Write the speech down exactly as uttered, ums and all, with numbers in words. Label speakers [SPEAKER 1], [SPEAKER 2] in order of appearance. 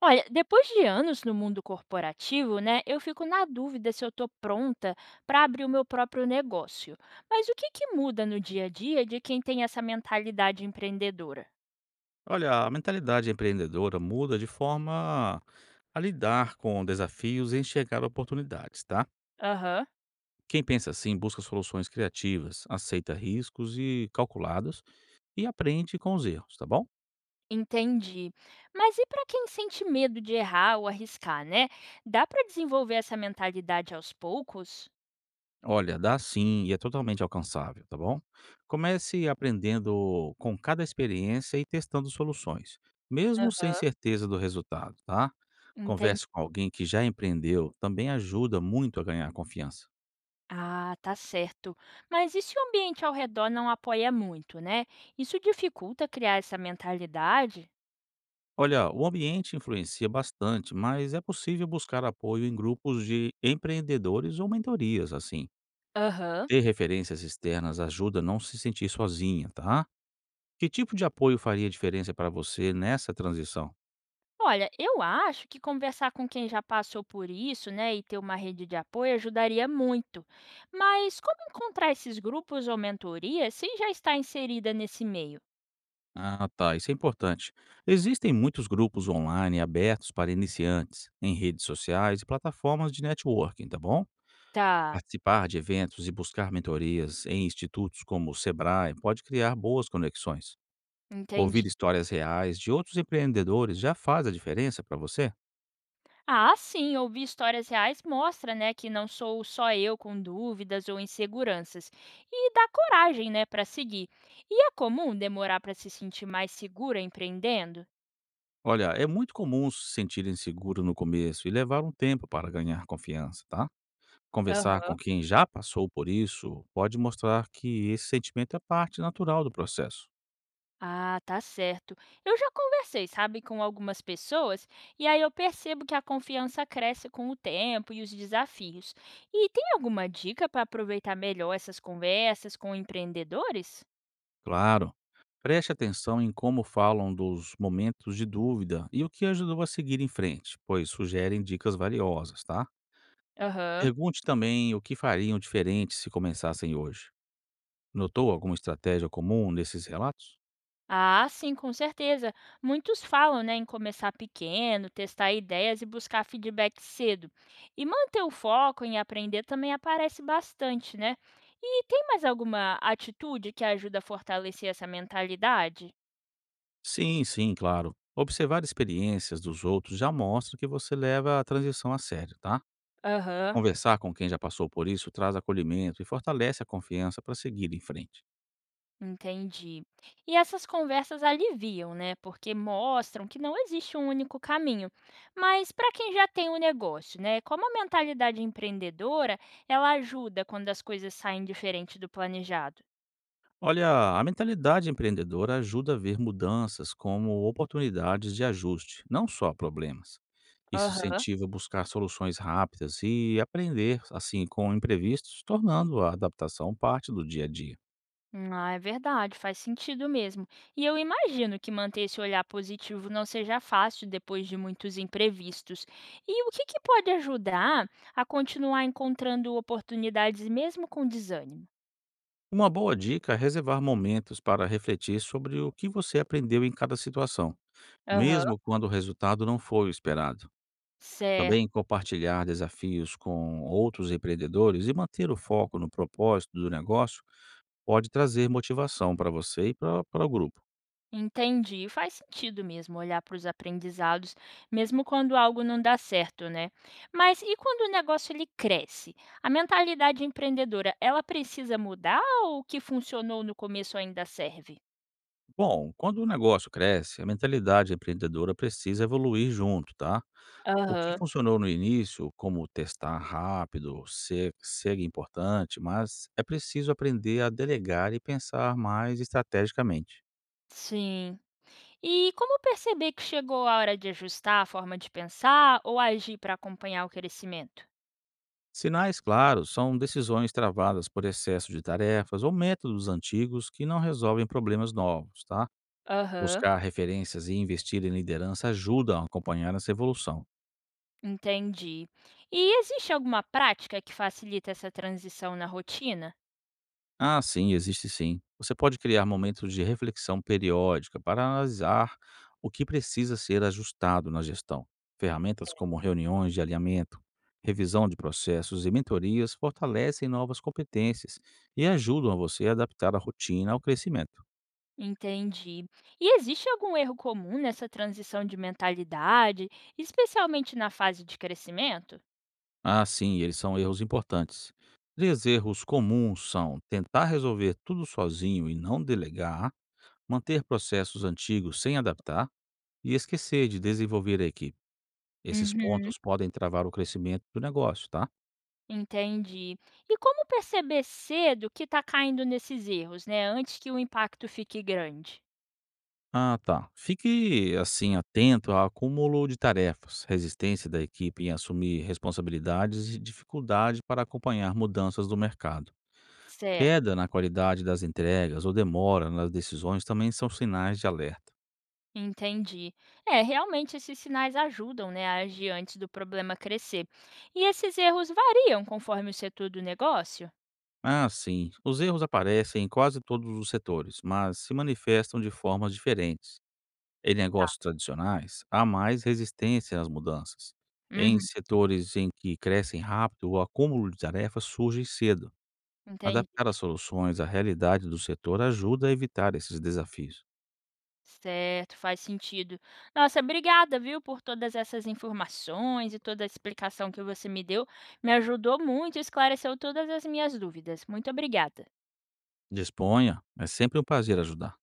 [SPEAKER 1] Olha, depois de anos no mundo corporativo, né, eu fico na dúvida se eu estou pronta para abrir o meu próprio negócio. Mas o que, que muda no dia a dia de quem tem essa mentalidade empreendedora?
[SPEAKER 2] Olha, a mentalidade empreendedora muda de forma a lidar com desafios e enxergar oportunidades, tá?
[SPEAKER 1] Aham,
[SPEAKER 2] Quem pensa assim busca soluções criativas, aceita riscos e calculados e aprende com os erros, tá bom?
[SPEAKER 1] entendi. Mas e para quem sente medo de errar ou arriscar, né? Dá para desenvolver essa mentalidade aos poucos?
[SPEAKER 2] Olha, dá sim e é totalmente alcançável, tá bom? Comece aprendendo com cada experiência e testando soluções, mesmo sem
[SPEAKER 1] Aham,
[SPEAKER 2] certeza do resultado, tá?
[SPEAKER 1] entendi.
[SPEAKER 2] Converse com alguém que já empreendeu, também ajuda muito a ganhar confiança.
[SPEAKER 1] Ah, tá certo. Mas e se o ambiente ao redor não apoia muito, né? Isso dificulta criar essa mentalidade?
[SPEAKER 2] Olha, o ambiente influencia bastante, mas é possível buscar apoio em grupos de empreendedores ou mentorias, assim.
[SPEAKER 1] Aham.
[SPEAKER 2] Ter referências externas ajuda a não se sentir sozinha, tá? Que tipo de apoio faria diferença para você nessa transição?
[SPEAKER 1] Olha, eu acho que conversar com quem já passou por isso, né, e ter uma rede de apoio ajudaria muito. Mas como encontrar esses grupos ou mentorias sem já estar inserida nesse meio?
[SPEAKER 2] Ah, tá, isso é importante. Existem muitos grupos online abertos para iniciantes, em redes sociais e plataformas de networking, tá bom?
[SPEAKER 1] Tá,
[SPEAKER 2] Participar de eventos e buscar mentorias em institutos como o Sebrae pode criar boas conexões.
[SPEAKER 1] entendi.
[SPEAKER 2] Ouvir histórias reais de outros empreendedores já faz a diferença para você?
[SPEAKER 1] Ah, sim, ouvir histórias reais mostra, né, que não sou só eu com dúvidas ou inseguranças. E dá coragem, né, para seguir. E é comum demorar para se sentir mais segura empreendendo?
[SPEAKER 2] Olha, é muito comum se sentir inseguro no começo e levar um tempo para ganhar confiança, tá? Conversar com
[SPEAKER 1] Aham.
[SPEAKER 2] quem já passou por isso pode mostrar que esse sentimento é parte natural do processo.
[SPEAKER 1] Ah, tá certo. Eu já conversei, sabe, com algumas pessoas, e aí eu percebo que a confiança cresce com o tempo e os desafios. E tem alguma dica para aproveitar melhor essas conversas com empreendedores?
[SPEAKER 2] Claro, preste atenção em como falam dos momentos de dúvida e o que ajudou a seguir em frente, pois sugerem dicas valiosas, tá?
[SPEAKER 1] Aham.
[SPEAKER 2] Pergunte também o que fariam diferente se começassem hoje. Notou alguma estratégia comum nesses relatos?
[SPEAKER 1] Ah, sim, com certeza. Muitos falam, né, em começar pequeno, testar ideias e buscar feedback cedo. E manter o foco em aprender também aparece bastante, né? E tem mais alguma atitude que ajuda a fortalecer essa mentalidade?
[SPEAKER 2] Sim, sim, claro. Observar experiências dos outros já mostra que você leva a transição a sério, tá?
[SPEAKER 1] Aham.
[SPEAKER 2] Conversar com quem já passou por isso traz acolhimento e fortalece a confiança para seguir em frente.
[SPEAKER 1] Entendi. E essas conversas aliviam, né? Porque mostram que não existe um único caminho. Mas para quem já tem um negócio, né? Como a mentalidade empreendedora, ela ajuda quando as coisas saem diferente do planejado.
[SPEAKER 2] Olha, a mentalidade empreendedora ajuda a ver mudanças como oportunidades de ajuste, não só problemas. Isso
[SPEAKER 1] Aham.
[SPEAKER 2] incentiva a buscar soluções rápidas e aprender assim com imprevistos, tornando a adaptação parte do dia a dia.
[SPEAKER 1] Ah, é verdade, faz sentido mesmo. E eu imagino que manter esse olhar positivo não seja fácil depois de muitos imprevistos. E o que que pode ajudar a continuar encontrando oportunidades mesmo com desânimo?
[SPEAKER 2] Uma boa dica é reservar momentos para refletir sobre o que você aprendeu em cada situação,
[SPEAKER 1] Aham,
[SPEAKER 2] mesmo quando o resultado não foi o esperado.
[SPEAKER 1] certo.
[SPEAKER 2] Também compartilhar desafios com outros empreendedores e manter o foco no propósito do negócio pode trazer motivação para você e para para o grupo.
[SPEAKER 1] Entendi. Faz sentido mesmo olhar para os aprendizados, mesmo quando algo não dá certo, né? Mas e quando o negócio ele cresce? A mentalidade empreendedora, ela precisa mudar ou o que funcionou no começo ainda serve?
[SPEAKER 2] Bom, quando o negócio cresce, a mentalidade empreendedora precisa evoluir junto, tá? O que
[SPEAKER 1] Aham,
[SPEAKER 2] funcionou no início, como testar rápido, ser, segue importante, mas é preciso aprender a delegar e pensar mais estrategicamente.
[SPEAKER 1] sim. E como perceber que chegou a hora de ajustar a forma de pensar ou agir para acompanhar o crescimento?
[SPEAKER 2] Sinais claros são decisões travadas por excesso de tarefas ou métodos antigos que não resolvem problemas novos, tá?
[SPEAKER 1] Aham,
[SPEAKER 2] Buscar referências e investir em liderança ajuda a acompanhar essa evolução.
[SPEAKER 1] entendi. E existe alguma prática que facilita essa transição na rotina?
[SPEAKER 2] Ah, sim, existe sim. Você pode criar momentos de reflexão periódica para analisar o que precisa ser ajustado na gestão. Ferramentas como reuniões de alinhamento, revisão de processos e mentorias fortalecem novas competências e ajudam a você a adaptar a rotina ao crescimento.
[SPEAKER 1] Entendi. E existe algum erro comum nessa transição de mentalidade, especialmente na fase de crescimento?
[SPEAKER 2] Ah, sim, eles são erros importantes. Três erros comuns são tentar resolver tudo sozinho e não delegar, manter processos antigos sem adaptar e esquecer de desenvolver a equipe. Esses
[SPEAKER 1] Uhum.
[SPEAKER 2] pontos podem travar o crescimento do negócio, tá?
[SPEAKER 1] Entendi. E como perceber cedo que está caindo nesses erros, né? Antes que o impacto fique grande.
[SPEAKER 2] Ah, tá. Fique assim atento ao acúmulo de tarefas, resistência da equipe em assumir responsabilidades e dificuldade para acompanhar mudanças do mercado.
[SPEAKER 1] Certo,
[SPEAKER 2] Queda na qualidade das entregas ou demora nas decisões também são sinais de alerta.
[SPEAKER 1] entendi. É, realmente esses sinais ajudam, né, a agir antes do problema crescer. E esses erros variam conforme o setor do negócio?
[SPEAKER 2] Ah, sim. Os erros aparecem em quase todos os setores, mas se manifestam de formas diferentes. Em negócios tradicionais, há mais resistência às mudanças. Em
[SPEAKER 1] Uhum.
[SPEAKER 2] setores em que crescem rápido, o acúmulo de tarefas surge cedo.
[SPEAKER 1] Entendi.
[SPEAKER 2] Adaptar as soluções à realidade do setor ajuda a evitar esses desafios.
[SPEAKER 1] Certo, faz sentido. Nossa, obrigada, viu, por todas essas informações e toda a explicação que você me deu. Me ajudou muito e esclareceu todas as minhas dúvidas. Muito obrigada.
[SPEAKER 2] Disponha, é sempre um prazer ajudar.